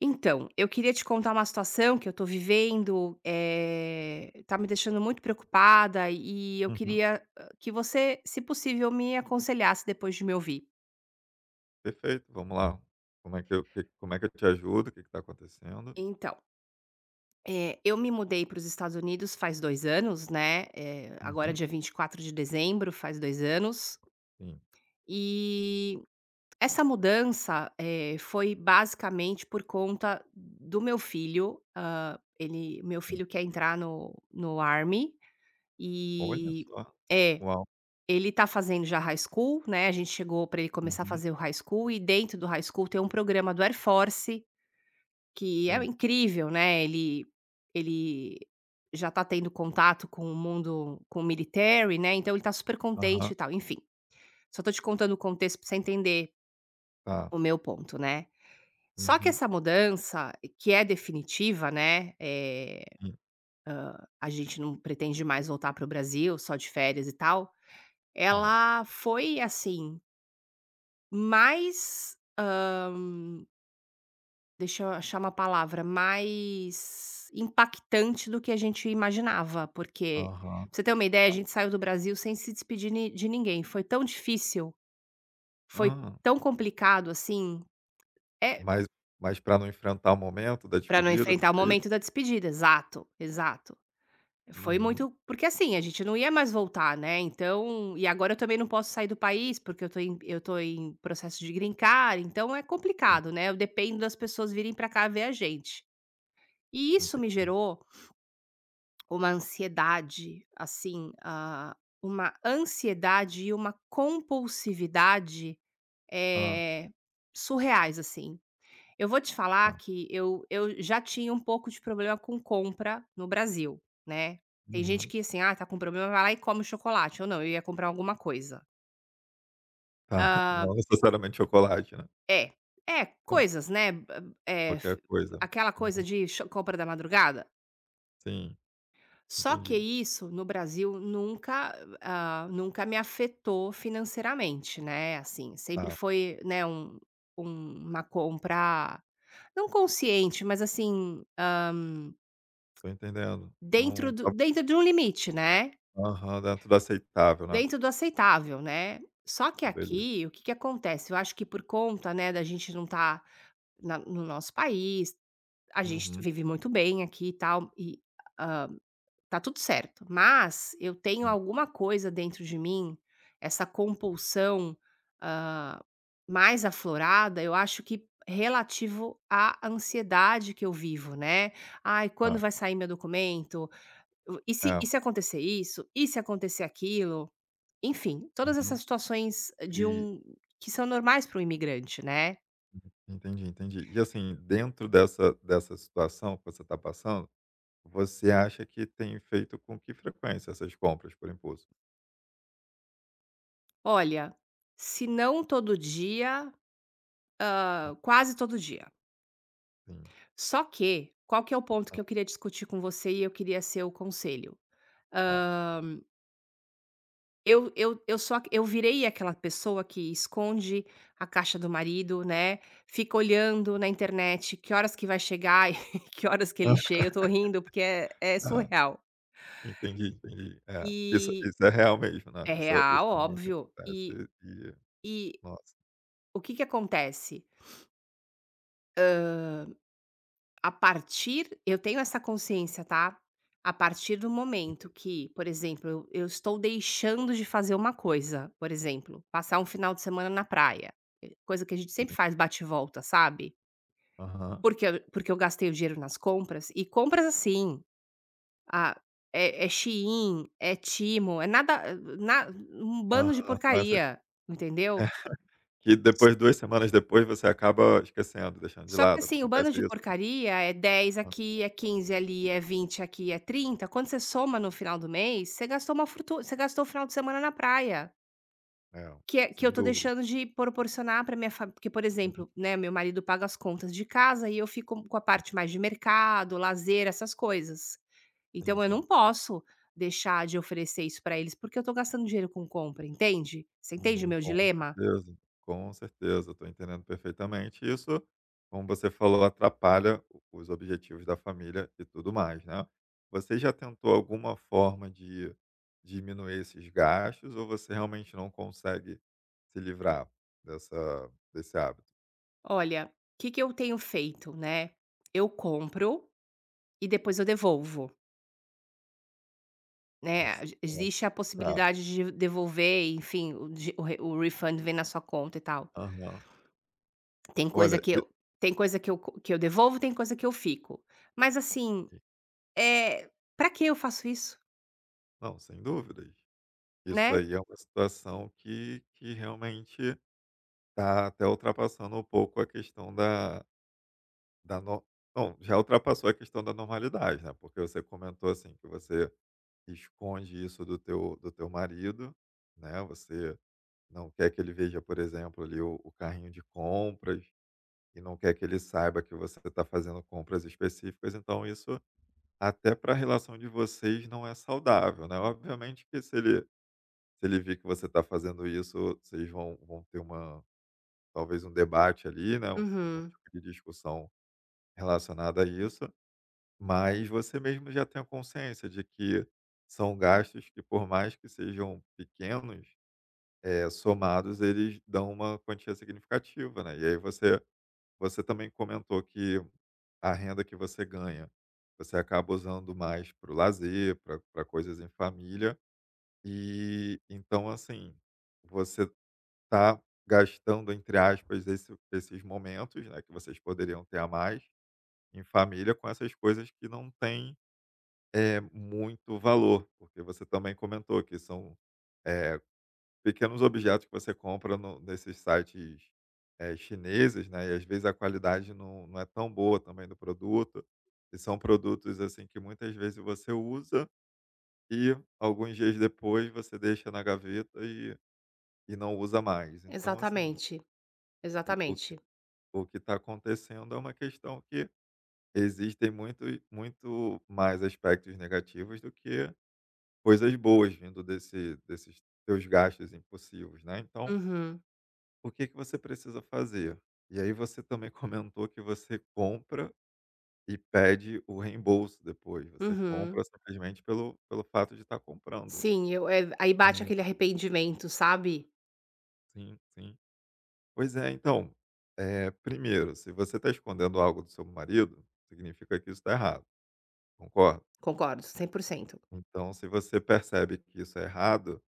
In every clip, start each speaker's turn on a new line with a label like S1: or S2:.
S1: Então, eu queria te contar uma situação que eu tô vivendo, tá me deixando muito preocupada e eu
S2: Uhum.
S1: queria, que você, se possível, me aconselhasse depois de me ouvir.
S2: Perfeito, vamos lá. Como é que eu, como é que eu te ajudo? O que está acontecendo?
S1: Então, eu me mudei para os Estados Unidos faz 2 anos, né, agora é
S2: Uhum.
S1: dia 24 de dezembro faz 2 anos,
S2: Sim,
S1: e essa mudança, foi basicamente por conta do meu filho, ele meu
S2: sim.
S1: filho quer entrar no Army.
S2: Olha
S1: E
S2: só.
S1: é,
S2: Uau.
S1: ele tá fazendo já high school, né, a gente chegou pra ele começar a
S2: Uhum.
S1: fazer o high school e dentro do high school tem um programa do Air Force, que é
S2: Sim.
S1: incrível, né, ele já tá tendo contato com o mundo com o military, né, então ele tá super contente
S2: Aham.
S1: e tal, enfim. Só tô te contando o contexto pra você entender
S2: Tá.
S1: o meu ponto, né. Só que
S2: Uhum.
S1: essa mudança, que é definitiva, né,
S2: Sim.
S1: a gente não pretende mais voltar para o Brasil, só de férias e tal,
S2: Tá.
S1: ela foi, assim, mais, deixa eu achar uma palavra, mais impactante do que a gente imaginava, porque,
S2: Aham.
S1: pra você ter uma ideia, a gente saiu do Brasil sem se despedir ni de ninguém. Foi tão difícil, foi
S2: Ah.
S1: tão complicado, assim, é,
S2: Mas, mas para não enfrentar o momento da
S1: para não
S2: despedida,
S1: enfrentar o
S2: é isso?
S1: momento da despedida, exato, exato. Foi
S2: Uhum.
S1: muito porque, assim, a gente não ia mais voltar, né, então e agora eu também não posso sair do país, porque eu tô em processo de green card, então é
S2: Sim,
S1: complicado, né, eu dependo das pessoas virem pra cá ver a gente. E isso me
S2: entendi.
S1: gerou uma ansiedade, assim, hã, uma ansiedade e uma compulsividade,
S2: Ah,
S1: eh, surreais, assim. Eu vou te falar
S2: tá.
S1: que eu já tinha um pouco de problema com compra no Brasil, né. Tem gente
S2: Uhum.
S1: que, assim: "Ah, tá com problema, vai lá e come chocolate", ou não, eu ia comprar alguma coisa.
S2: Tá.
S1: Hã,
S2: Não necessariamente chocolate, né?
S1: é, é,
S2: Tá.
S1: coisas, né, b f,
S2: Qualquer coisa.
S1: aquela coisa
S2: Uhum.
S1: de cho compra da madrugada.
S2: Sim,
S1: Só que
S2: entendi.
S1: isso no Brasil nunca, hã, nunca me afetou financeiramente, né, assim, sempre
S2: Tá.
S1: foi, né, um um- uma compra não consciente, mas assim,
S2: Tô entendendo.
S1: Dentro
S2: Não
S1: do
S2: tá.
S1: dentro de um limite, né,
S2: Aham, dentro do aceitável, né.
S1: dentro do aceitável, né. Só que
S2: Beleza.
S1: aqui, o que que acontece, eu acho que por conta, né, da gente não estar no nosso país, a gente
S2: Uhum,
S1: vive muito bem aqui e tal, e tá tudo certo, mas eu tenho
S2: sim,
S1: alguma coisa dentro de mim, essa compulsão mais aflorada, eu acho que relativo à ansiedade que eu vivo, né. "Ai, quando
S2: tá.
S1: vai sair meu documento? E se e
S2: É,
S1: se acontecer isso? E se acontecer aquilo?" Enfim, todas essas
S2: uhum.
S1: situações de
S2: E
S1: um, que são normais para um imigrante, né.
S2: entendi, entendi. E, assim, dentro dessa situação que você está passando, você acha que tem feito com que frequência essas compras por impulso?
S1: Olha, se não todo dia, hã, quase todo dia.
S2: Sim.
S1: Só que, qual que é o ponto
S2: Ah,
S1: que eu queria discutir com você e eu queria ser o conselho.
S2: tá.
S1: Hã, eu sou a eu virei aquela pessoa que esconde a caixa do marido, né, fica olhando na internet que horas que vai chegar e que horas que ele chega. Eu tô rindo porque é
S2: Aham.
S1: surreal.
S2: Entendi, entendi. É, isso
S1: E
S2: isso é real mesmo, né.
S1: é
S2: Isso
S1: real,
S2: realmente
S1: óbvio.
S2: acontece e
S1: E
S2: nossa,
S1: o que que acontece? A partir, eu tenho essa consciência, tá, a partir do momento que, por exemplo, eu estou deixando de fazer uma coisa, por exemplo, passar um final de semana na praia, coisa que a gente sempre
S2: sim.
S1: faz bate e volta, sabe,
S2: Aham.
S1: porque eu gastei o dinheiro nas compras, e compras assim, ah, é Shein, é timo, é nada, na um bando de
S2: Aham, são essas
S1: porcaria, entendeu?
S2: que depois 2 semanas depois você acaba esquecendo, deixando de
S1: Só que
S2: lado,
S1: assim, o
S2: acontece
S1: bando de
S2: isso?
S1: porcaria é 10
S2: Ah,
S1: aqui, é 15 ali, é 20 aqui, é 30. Quando você soma no final do mês, você gastou uma fortuna, você gastou o final de semana na praia.
S2: é,
S1: Que, é- que eu
S2: sem
S1: tô
S2: dúvidas.
S1: deixando de proporcionar pra minha família. Porque, por
S2: Hum,
S1: exemplo, né, meu marido paga as contas de casa e eu fico com a parte mais de mercado, lazer, essas coisas.
S2: sim,
S1: Então eu não
S2: sim.
S1: posso deixar de oferecer isso pra eles, porque eu tô gastando dinheiro com compra, entende? Você entende o
S2: Uhum,
S1: meu dilema?
S2: com certeza, estou entendendo perfeitamente. Isso, como você falou, atrapalha o os objetivos da família e tudo mais, né. Você já tentou alguma forma de diminuir esses gastos ou você realmente não consegue se livrar dessa desse hábito?
S1: Olha, o que, que eu tenho feito, né? Eu compro, e depois eu devolvo, né,
S2: Esse
S1: ex-
S2: nossa,
S1: existe a
S2: tá.
S1: possibilidade de devolver, enfim, o de o re o refund vem na sua conta e tal.
S2: Aham.
S1: Tem coisa
S2: Olha,
S1: que
S2: e
S1: eu tem coisa que eu co que eu devolvo, tem coisa que eu fico. Mas assim, é, para que eu faço isso,
S2: não, sem dúvidas. Isso
S1: né?
S2: aí é uma situação que realmente tá até ultrapassando um pouco a questão da não, já ultrapassou a questão da normalidade, né, porque você comentou, assim, que você esconde isso do teu marido, né, você não quer que ele veja, por exemplo, ali, o carrinho de compras e não quer que ele saiba que você tá fazendo compras específicas, então isso até para a relação de vocês não é saudável, né. Obviamente que se ele vir que você tá fazendo isso, vocês vão ter uma talvez um debate ali, né, um, algum
S1: Uhum.
S2: tipo de discussão relacionada a isso, mas você mesmo já tem a consciência de que são gastos que, por mais que sejam pequenos, somados eles dão uma quantia significativa, né. E aí você também comentou que a renda que você ganha, você acaba usando mais para o lazer, para pra coisas em família, e então assim, você tá gastando, entre aspas, esses momentos, né, que vocês poderiam ter a mais, em família, com essas coisas que não têm, muito valor, porque você também comentou que são, eh, pequenos objetos que você compra no nesses sites, chineses, né, e às vezes a qualidade não é tão boa também do produto, e são produtos, assim, que muitas vezes você usa e alguns dias depois você deixa na gaveta e não usa mais. Então, assim,
S1: Exatamente,
S2: o que
S1: exatamente.
S2: o que está acontecendo é uma questão que existem muito, muito mais aspectos negativos do que coisas boas vindo desse, desses teus gastos impossíveis, né? Então,
S1: Uhum,
S2: o que, que você precisa fazer? E aí você também comentou que você compra e pede o reembolso depois. Você
S1: uhum.
S2: compra simplesmente pelo, pelo fato de estar comprando.
S1: Sim, eu aí bate aquele
S2: É.
S1: arrependimento, sabe?
S2: Sim, sim. Pois é, então, é, primeiro, se você está escondendo algo do seu marido, significa que isso está errado, concorda?
S1: Concordo, 100%.
S2: Então, se você percebe que isso é errado,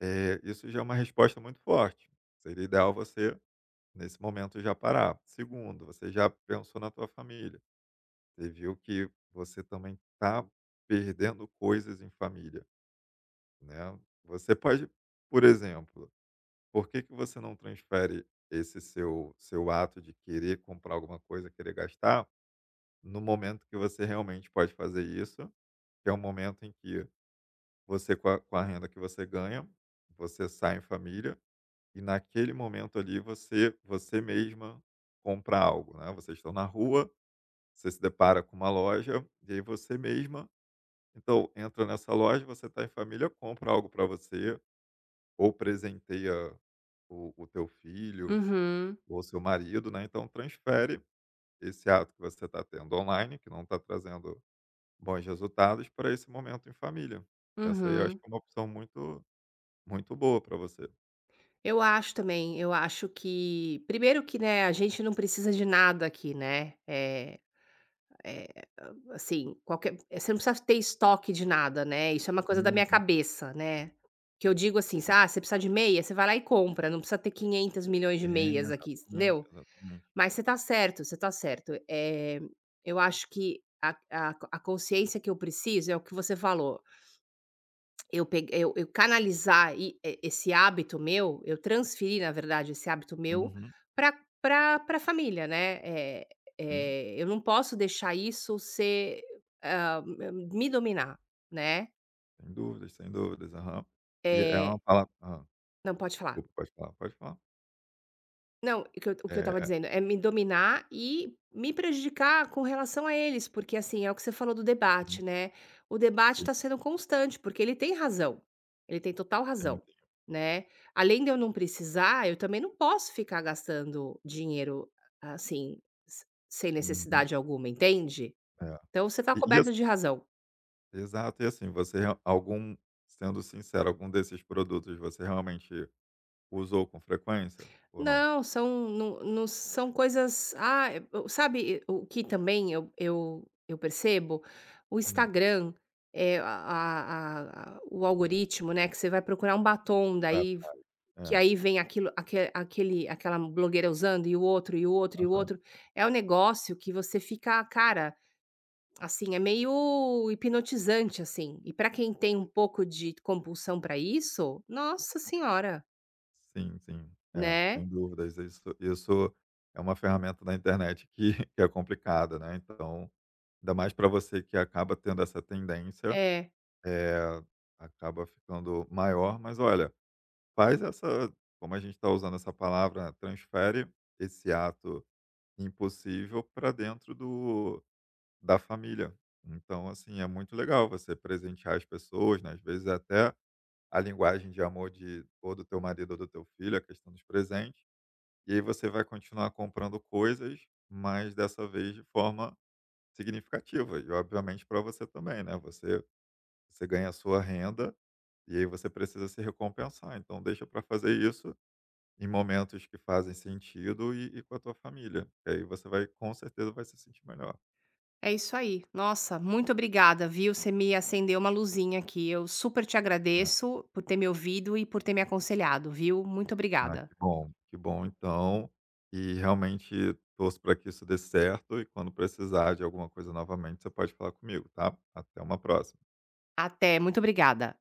S2: isso já é uma resposta muito forte. Seria ideal você, nesse momento, já parar. Segundo, você já pensou na tua família. Você viu que você também está perdendo coisas em família, né? Você pode, por exemplo, por que, que você não transfere esse seu ato de querer comprar alguma coisa, querer gastar, no momento que você realmente pode fazer isso, que é um momento em que você com a renda que você ganha, você sai em família e naquele momento ali você mesma compra algo, né. Vocês estão na rua, você se depara com uma loja, e aí você mesma, então, entra nessa loja, você está em família, compra algo para você, ou presenteia o teu filho
S1: Uhum,
S2: ou seu marido, né, então transfere esse ato que você está tendo online, que não está trazendo bons resultados, para esse momento em família. Essa aí eu acho
S1: uhum.
S2: que é uma opção muito muito boa para você.
S1: Eu acho também, eu acho que primeiro que, né, a gente não precisa de nada aqui, né, é, eh, assim, qualquer você não precisa ter estoque de nada, né, isso é uma coisa da minha
S2: Uhum.
S1: cabeça, né, que eu digo assim: "Ah, você precisa de meia? Você vai lá e compra, não precisa ter 500 milhões de
S2: É,
S1: meias aqui",
S2: exatamente,
S1: entendeu.
S2: exatamente.
S1: Mas você tá certo, você tá certo. É, eu acho que a a consciência que eu preciso é o que você falou. Eu peg eu canalizar e esse hábito meu, eu transferi, na verdade, esse hábito meu
S2: Uhum.
S1: para pra pra família, né. Eh
S2: Sim,
S1: eu não posso deixar isso ser, hã, me dominar, né.
S2: sem dúvidas, sem dúvidas. Aham. E é uma
S1: Eh,
S2: palavra hã,
S1: não, pode falar.
S2: desculpa, pode falar, pode falar.
S1: Não, o que eu estava
S2: É,
S1: dizendo, é me dominar e me prejudicar com relação a eles, porque, assim, é o que você falou do
S2: uhum,
S1: debate, né, o debate
S2: sim,
S1: tá sendo constante, porque ele tem razão, ele tem total
S2: sim,
S1: razão,
S2: sim.
S1: né. Além de eu não precisar, eu também não posso ficar gastando dinheiro, assim, se sem
S2: Uhum.
S1: necessidade alguma, entende?
S2: É.
S1: Então você tá
S2: E e assim
S1: coberto de razão.
S2: exato. E assim, você real algum sendo sincero, algum desses produtos você realmente usou com frequência ou não?
S1: Não, são não não são coisas ah, é, o sabe o que também eu percebo? O
S2: Hum.
S1: Instagram, é a o algoritmo, né, que você vai procurar um batom,
S2: Lá
S1: daí
S2: atrás.
S1: que
S2: É.
S1: aí vem aquilo aque aquele aquela blogueira usando e o outro, e o outro, e o outro. É um negócio que você fica, cara, assim, é meio hipnotizante, assim. E para quem tem um pouco de compulsão para isso, nossa senhora,
S2: Sim, sim. É,
S1: né?
S2: sem dúvidas. Isso é uma ferramenta da internet que que é complicada, né, então ainda mais para você que acaba tendo essa tendência,
S1: É.
S2: é acaba ficando maior. Mas olha, faz essa, como a gente está usando essa palavra, né, transfere esse ato impossível para dentro do da família. Então, assim, é muito legal você presentear as pessoas, né, às vezes é até a linguagem de amor de ou do teu marido ou do teu filho, a questão dos presentes, e aí você vai continuar comprando coisas, mas dessa vez de forma significativa. E obviamente para você também, né? Você, você ganha a sua renda e aí você precisa se recompensar. Então deixa para fazer isso em momentos que fazem sentido e com a tua família. Que aí você vai, com certeza, vai se sentir melhor.
S1: É isso aí. Nossa, muito obrigada, viu? Você me acendeu uma luzinha aqui. Eu super te
S2: Ah,
S1: agradeço por ter me ouvido e por ter me aconselhado, viu? Muito
S2: ah,
S1: obrigada.
S2: que bom então. E realmente torço para que isso dê certo. E quando precisar de alguma coisa novamente, você pode falar comigo, tá? Até uma próxima.
S1: Até, muito obrigada.